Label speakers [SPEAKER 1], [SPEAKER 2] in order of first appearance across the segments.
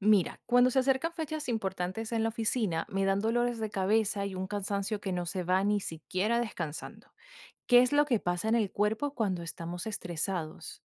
[SPEAKER 1] Mira, cuando se acercan fechas importantes en la oficina, me dan dolores de cabeza y un cansancio que no se va ni siquiera descansando. ¿Qué es lo que pasa en el cuerpo cuando estamos estresados?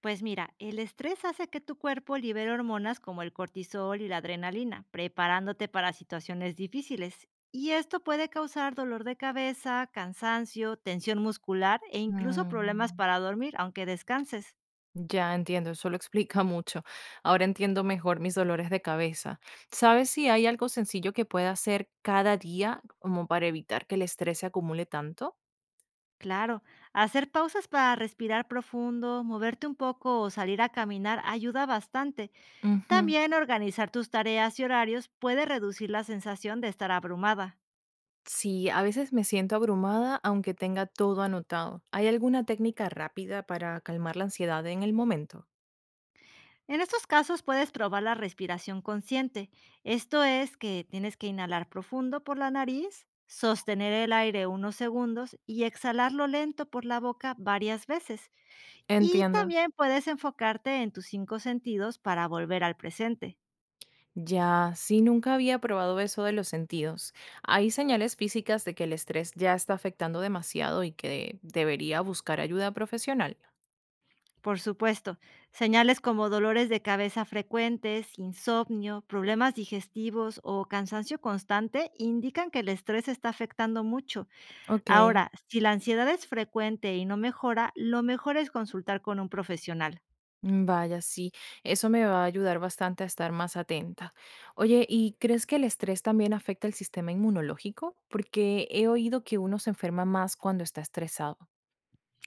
[SPEAKER 2] Pues mira, el estrés hace que tu cuerpo libere hormonas como el cortisol y la adrenalina, preparándote para situaciones difíciles. Y esto puede causar dolor de cabeza, cansancio, tensión muscular e incluso problemas
[SPEAKER 1] Mm,
[SPEAKER 2] para dormir, aunque descanses.
[SPEAKER 1] ya entiendo, eso lo explica mucho. Ahora entiendo mejor mis dolores de cabeza. ¿Sabes si hay algo sencillo que pueda hacer cada día como para evitar que el estrés se acumule tanto?
[SPEAKER 2] Claro, hacer pausas para respirar profundo, moverte un poco o salir a caminar ayuda bastante. También organizar tus tareas y horarios puede reducir la sensación de estar abrumada.
[SPEAKER 1] Sí, a veces me siento abrumada aunque tenga todo anotado. ¿Hay alguna técnica rápida para calmar la ansiedad en el momento?
[SPEAKER 2] En estos casos puedes probar la respiración consciente. Esto es que tienes que inhalar profundo por la nariz, sostener el aire unos segundos y exhalarlo lento por la boca varias veces. Y
[SPEAKER 1] Entiendo.
[SPEAKER 2] también puedes enfocarte en tus cinco sentidos para volver al presente.
[SPEAKER 1] Ya, sí, nunca había probado eso de los sentidos. ¿Hay señales físicas de que el estrés ya está afectando demasiado y que debería buscar ayuda profesional?
[SPEAKER 2] Por supuesto, señales como dolores de cabeza frecuentes, insomnio, problemas digestivos o cansancio constante indican que el estrés está afectando mucho.
[SPEAKER 1] Ok.
[SPEAKER 2] Ahora, si la ansiedad es frecuente y no mejora, lo mejor es consultar con un profesional.
[SPEAKER 1] Vaya, sí, eso me va a ayudar bastante a estar más atenta. Oye, ¿y crees que el estrés también afecta el sistema inmunológico? Porque he oído que uno se enferma más cuando está estresado.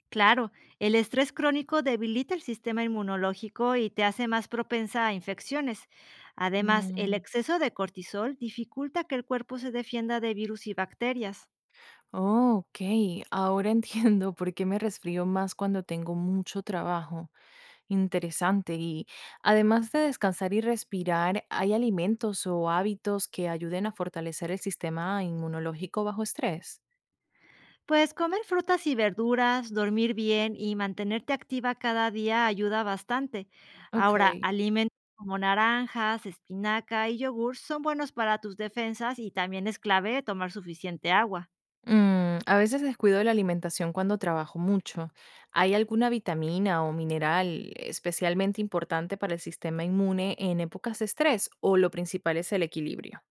[SPEAKER 2] Claro, el estrés crónico debilita el sistema inmunológico y te hace más propensa a infecciones. Además, el
[SPEAKER 1] Mm.
[SPEAKER 2] exceso de cortisol dificulta que el cuerpo se defienda de virus y bacterias.
[SPEAKER 1] Oh, ok, ahora entiendo por qué me resfrío más cuando tengo mucho trabajo. Interesante. Y además de descansar y respirar, ¿hay alimentos o hábitos que ayuden a fortalecer el sistema inmunológico bajo estrés?
[SPEAKER 2] Pues comer frutas y verduras, dormir bien y mantenerte activa cada día ayuda bastante.
[SPEAKER 1] Ok.
[SPEAKER 2] Ahora, alimentos como naranjas, espinaca y yogur son buenos para tus defensas y también es clave tomar suficiente agua.
[SPEAKER 1] A veces descuido de la alimentación cuando trabajo mucho. ¿Hay alguna vitamina o mineral especialmente importante para el sistema inmune en épocas de estrés o lo principal es el equilibrio?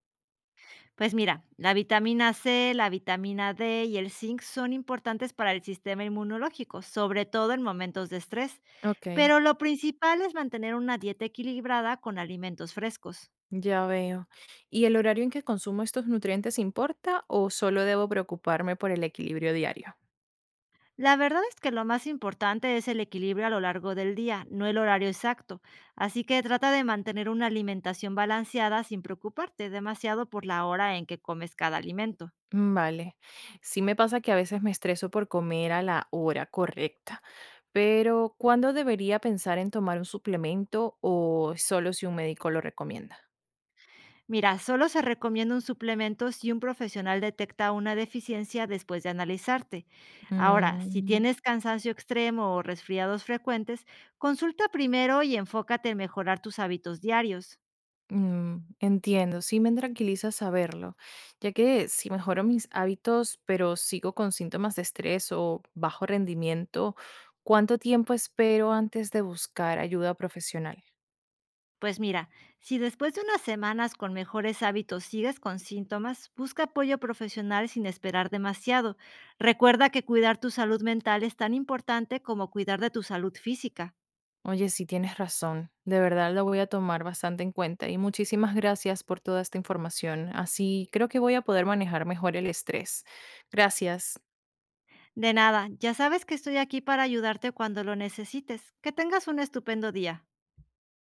[SPEAKER 2] Pues mira, la vitamina C, la vitamina D y el zinc son importantes para el sistema inmunológico, sobre todo en momentos de estrés,
[SPEAKER 1] Ok.
[SPEAKER 2] pero lo principal es mantener una dieta equilibrada con alimentos frescos.
[SPEAKER 1] Ya veo. ¿Y el horario en que consumo estos nutrientes importa o solo debo preocuparme por el equilibrio diario?
[SPEAKER 2] La verdad es que lo más importante es el equilibrio a lo largo del día, no el horario exacto. Así que trata de mantener una alimentación balanceada sin preocuparte demasiado por la hora en que comes cada alimento.
[SPEAKER 1] Mm. Vale. Sí me pasa que a veces me estreso por comer a la hora correcta, pero ¿cuándo debería pensar en tomar un suplemento o solo si un médico lo recomienda?
[SPEAKER 2] Mira, solo se recomienda un suplemento si un profesional detecta una deficiencia después de analizarte. Ahora, si
[SPEAKER 1] Mm.
[SPEAKER 2] tienes cansancio extremo o resfriados frecuentes, consulta primero y enfócate en mejorar tus hábitos diarios.
[SPEAKER 1] Entiendo, sí me tranquiliza saberlo, ya que si mejoro mis hábitos, pero sigo con síntomas de estrés o bajo rendimiento, ¿cuánto tiempo espero antes de buscar ayuda profesional?
[SPEAKER 2] Pues mira, si después de unas semanas con mejores hábitos sigues con síntomas, busca apoyo profesional sin esperar demasiado. Recuerda que cuidar tu salud mental es tan importante como cuidar de tu salud física.
[SPEAKER 1] Oye, sí tienes razón, de verdad lo voy a tomar bastante en cuenta y muchísimas gracias por toda esta información, así creo que voy a poder manejar mejor el estrés. Gracias.
[SPEAKER 2] De nada, ya sabes que estoy aquí para ayudarte cuando lo necesites. Que tengas un estupendo día.